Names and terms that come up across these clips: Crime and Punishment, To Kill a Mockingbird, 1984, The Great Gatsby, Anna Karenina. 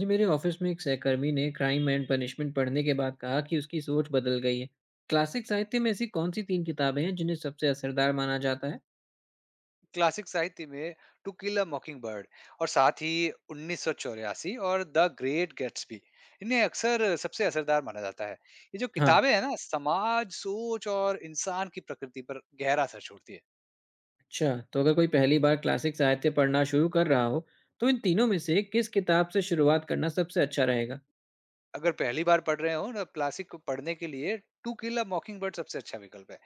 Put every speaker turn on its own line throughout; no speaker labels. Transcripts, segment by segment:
जी, मेरे ऑफिस में एक सहकर्मी ने क्राइम एंड पनिशमेंट पढ़ने के बाद कहा कि उसकी सोच बदल गई है। क्लासिक साहित्य में ऐसी कौन सी तीन किताबें हैं जिन्हें सबसे असरदार माना जाता है?
क्लासिक साहित्य में टू किल अ मॉकिंगबर्ड और साथ ही 1984 और द ग्रेट गेट्सबी इन्हें अक्सर सबसे असरदार माना जाता है। ये जो
हाँ।
किताबें हैं ना समाज सोच और इंसान की प्रकृति पर गहरा असर छोड़ती है।
अच्छा, तो अगर कोई पहली बार क्लासिक साहित्य पढ़ना शुरू कर रहा हो, तो इन तीनों में से किस किताब से शुरुआत करना सबसे अच्छा रहेगा?
अगर पहली बार पढ़ रहे हो ना क्लासिक को पढ़ने के लिए टू किल अ मॉकिंगबर्ड सबसे अच्छा विकल्प है।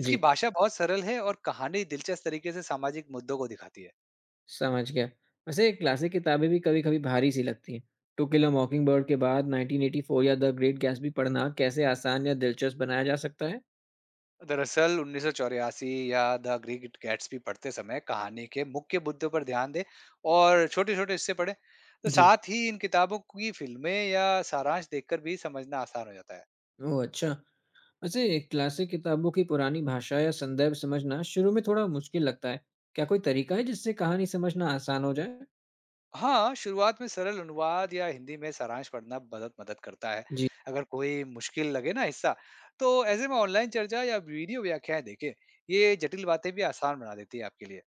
इसकी
जी।
भाषा बहुत सरल है और कहानी दिलचस्प तरीके से सामाजिक मुद्दों को दिखाती है।
समझ गया। वैसे क्लासिक किताबें भी कभी कभी भारी सी लगती हैं। टू किल अ मॉकिंग बर्ड के बाद 1984 या द ग्रेट गैट्सबी पढ़ना कैसे आसान या दिलचस्प बनाया जा सकता है?
दरअसल 1984 या द ग्रेट गैट्सबी पढ़ते समय कहानी के मुख्य मुद्दों पर ध्यान दें और छोटे छोटे हिस्से पढ़ें। तो
जी।
साथ ही इन किताबों की फिल्में या सारांश देखकर भी समझना आसान हो जाता है।
ओह अच्छा। वैसे क्लासिक किताबों की पुरानी भाषा या संदर्भ समझना शुरू में थोड़ा मुश्किल लगता है। क्या कोई तरीका है जिससे कहानी समझना आसान हो जाए?
हाँ, शुरुआत में सरल अनुवाद या हिंदी में सारांश पढ़ना मदद मदद करता है।
जी।
अगर कोई मुश्किल लगे ना हिस्सा तो ऐसे में ऑनलाइन चर्चा या वीडियो व्याख्याएं देखें। ये जटिल बातें भी आसान बना देती है आपके लिए।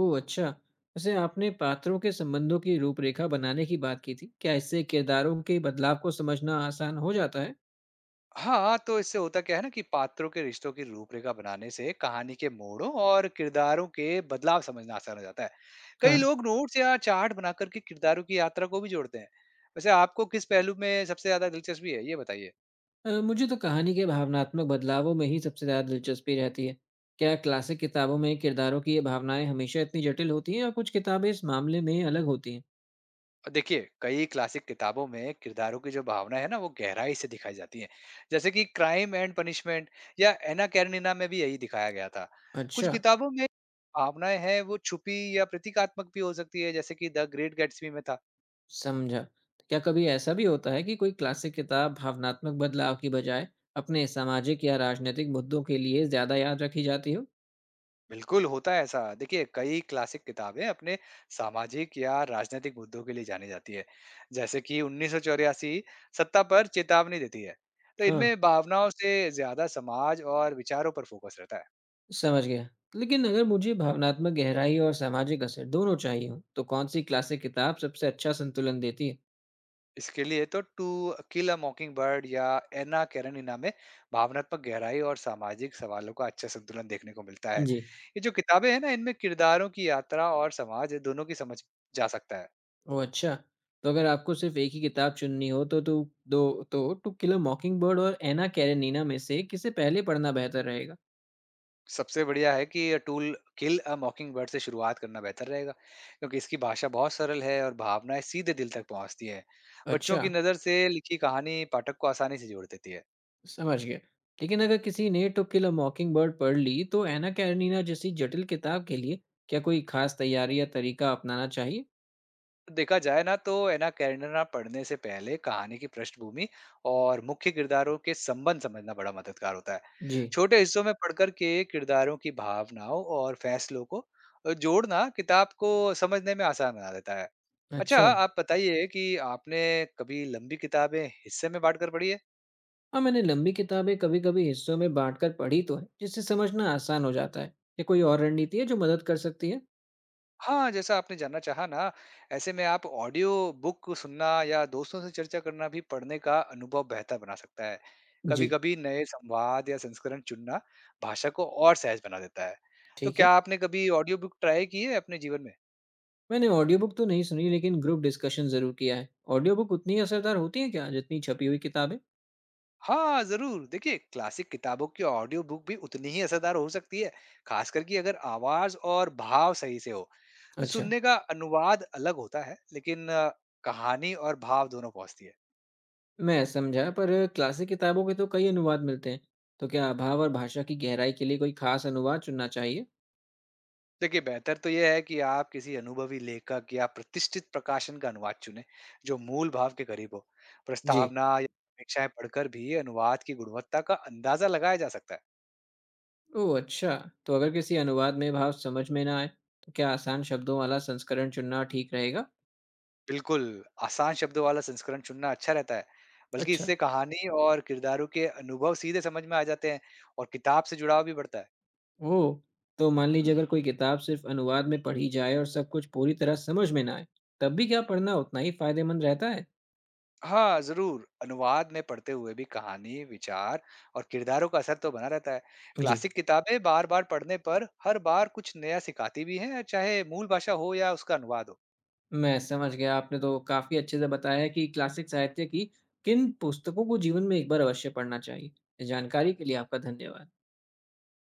ओह अच्छा। वैसे आपने पात्रों के संबंधों की रूपरेखा बनाने की बात की थी। क्या इससे किरदारों के बदलाव को समझना आसान हो जाता है?
हाँ, तो इससे होता क्या है ना कि पात्रों के रिश्तों की रूपरेखा बनाने से कहानी के मोड़ों और किरदारों के बदलाव समझना आसान हो जाता है।
हाँ,
कई लोग नोट्स या चार्ट बनाकर के किरदारों की यात्रा को भी जोड़ते हैं। वैसे आपको किस पहलू में सबसे ज्यादा दिलचस्पी है, ये बताइए?
मुझे तो कहानी के भावनात्मक बदलावों में ही सबसे ज़्यादा दिलचस्पी रहती है। क्या क्लासिक किताबों में किरदारों की ये भावनाएं हमेशा इतनी जटिल होती हैं या कुछ किताबें इस मामले में अलग होती हैं?
और देखिए, कई क्लासिक किताबों में किरदारों की जो भावना है ना, वो गहराई से दिखाई जाती है। जैसे कि क्राइम एंड पनिशमेंट या एना कैरेनिना में भी यही दिखाया गया था। कुछ
अच्छा।
किताबों में भावनाएं हैं, वो छुपी या प्रतीकात्मक भी हो सकती है, जैसे कि द ग्रेट गैट्सबी में था।
समझा। तो क्या कभी ऐसा भी होता है कि कोई क्लासिक किताब भावनात्मक बदलाव की बजाय अपने सामाजिक या राजनीतिक मुद्दों के लिए ज़्यादा याद रखी जाती हो?
बिल्कुल, होता है ऐसा। देखिए, कई क्लासिक किताबें अपने सामाजिक या राजनीतिक मुद्दों के लिए जानी जाती है, जैसे कि 1984 सत्ता पर चेतावनी देती है। तो
हाँ,
इनमें भावनाओं से ज़्यादा समाज और विचारों पर फोकस रहता है।
समझ गया। लेकिन अगर मुझे भावनात्मक गहराई और सामाजिक असर दोनों चाहिए हों, तो कौन-सी क्लासिक किताब सबसे अच्छा संतुलन देती है?
इसके लिए तो टू किल अ मॉकिंगबर्ड या एना कैरेनिना में भावनात्मक गहराई और सामाजिक सवालों का अच्छा संतुलन देखने को मिलता है।
जी।
ये जो किताबें हैं ना, इनमें किरदारों की यात्रा और समाज दोनों की समझ जा सकता है।
ओह अच्छा! तो अगर आपको सिर्फ़ एक ही किताब चुननी हो तो दो तो टू किल अ मॉकिंगबर्ड और एना कैरेनिना में से किसे पहले पढ़ना बेहतर रहेगा?
सबसे बढ़िया है कि ये टूल किल अ मॉकिंगबर्ड से शुरुआत करना बेहतर रहेगा क्योंकि इसकी भाषा बहुत सरल है और भावनाएं सीधे दिल तक पहुंचती हैं। बच्चों
अच्छा।
की नज़र से लिखी कहानी पाठक को आसानी से जोड़ देती है।
समझ गया। लेकिन अगर किसी ने टू किल अ मॉकिंगबर्ड पढ़ ली, तो एना कैरेनिना जैसी जटिल किताब के लिए क्या कोई खास तैयारी या तरीका अपनाना चाहिए?
देखा जाए ना तो एना कैरेंडना पढ़ने से पहले कहानी की पृष्ठभूमि और मुख्य किरदारों के संबंध समझना बड़ा मददगार होता है।
जी।
छोटे हिस्सों में पढ़कर के किरदारों की भावनाओं और फैसलों को जोड़ना किताब को समझने में आसान बना देता है। अच्छा,
अच्छा।
आप बताइए कि आपने कभी लंबी किताबें हिस्से में बांटकर पढ़ी है?
हाँ, मैंने लंबी किताबें कभी-कभी हिस्सों में बाँटकर पढ़ी तो है, जिससे समझना आसान हो जाता है। क्या कोई और रणनीति है जो मदद कर सकती है?
हाँ, जैसा आपने जानना चाहा ना, ऐसे में आप ऑडियो बुक सुनना या दोस्तों से चर्चा करना भी पढ़ने का अनुभव बेहतर बना सकता है।
जी।
कभी-कभी नए संवाद या संस्करण चुनना भाषा को और सहज बना देता है। तो
ठीक है।
क्या आपने कभी ऑडियो बुक ट्राई की है अपने जीवन में?
मैंने ऑडियो बुक तो नहीं सुनी, लेकिन ग्रुप डिस्कशन ज़रूर किया है। ऑडियो बुक उतनी असरदार होती है क्या, जितनी छपी हुई किताबें?
हाँ, ज़रूर। देखिए, क्लासिक किताबों की ऑडियो बुक भी उतनी ही असरदार हो सकती है, खासकर कि अगर आवाज़ और भाव सही से हो।
अच्छा।
सुनने का अनुवाद अलग होता है, लेकिन कहानी और भाव दोनों पहुँचती है।
मैं समझा, पर क्लासिक किताबों के तो कई अनुवाद मिलते हैं, तो क्या भाव और भाषा की गहराई के लिए कोई खास अनुवाद चुनना चाहिए?
देखिए बेहतर तो यह है कि आप किसी अनुभवी लेखक या प्रतिष्ठित प्रकाशन का अनुवाद चुनें जो मूल भाव के करीब हो।
जी।
प्रस्तावना या समीक्षाएं पढ़कर भी अनुवाद की गुणवत्ता का अंदाजा लगाया जा सकता है।
ओह अच्छा। तो अगर किसी अनुवाद में भाव समझ में ना आए, तो क्या आसान शब्दों वाला संस्करण चुनना ठीक रहेगा?
बिल्कुल, आसान शब्दों वाला संस्करण चुनना अच्छा रहता है। बल्कि
अच्छा।
इससे कहानी और किरदारों के अनुभव सीधे समझ में आ जाते हैं और किताब से जुड़ाव भी बढ़ता है।
ओह। तो मान लीजिए अगर कोई किताब सिर्फ अनुवाद में पढ़ी जाए और सब कुछ पूरी तरह समझ में ना आए, तब भी क्या पढ़ना उतना ही फायदेमंद रहता है?
हाँ, ज़रूर। अनुवाद में पढ़ते हुए भी कहानी, विचार और किरदारों का असर तो बना रहता है।
जी।
क्लासिक किताबें बार-बार पढ़ने पर हर बार कुछ नया सिखाती भी हैं, चाहे मूल भाषा हो या उसका अनुवाद हो।
मैं समझ गया। आपने तो काफ़ी अच्छे से बताया है कि क्लासिक साहित्य की किन पुस्तकों को जीवन में एक बार अवश्य पढ़ना चाहिए। जानकारी के लिए आपका धन्यवाद।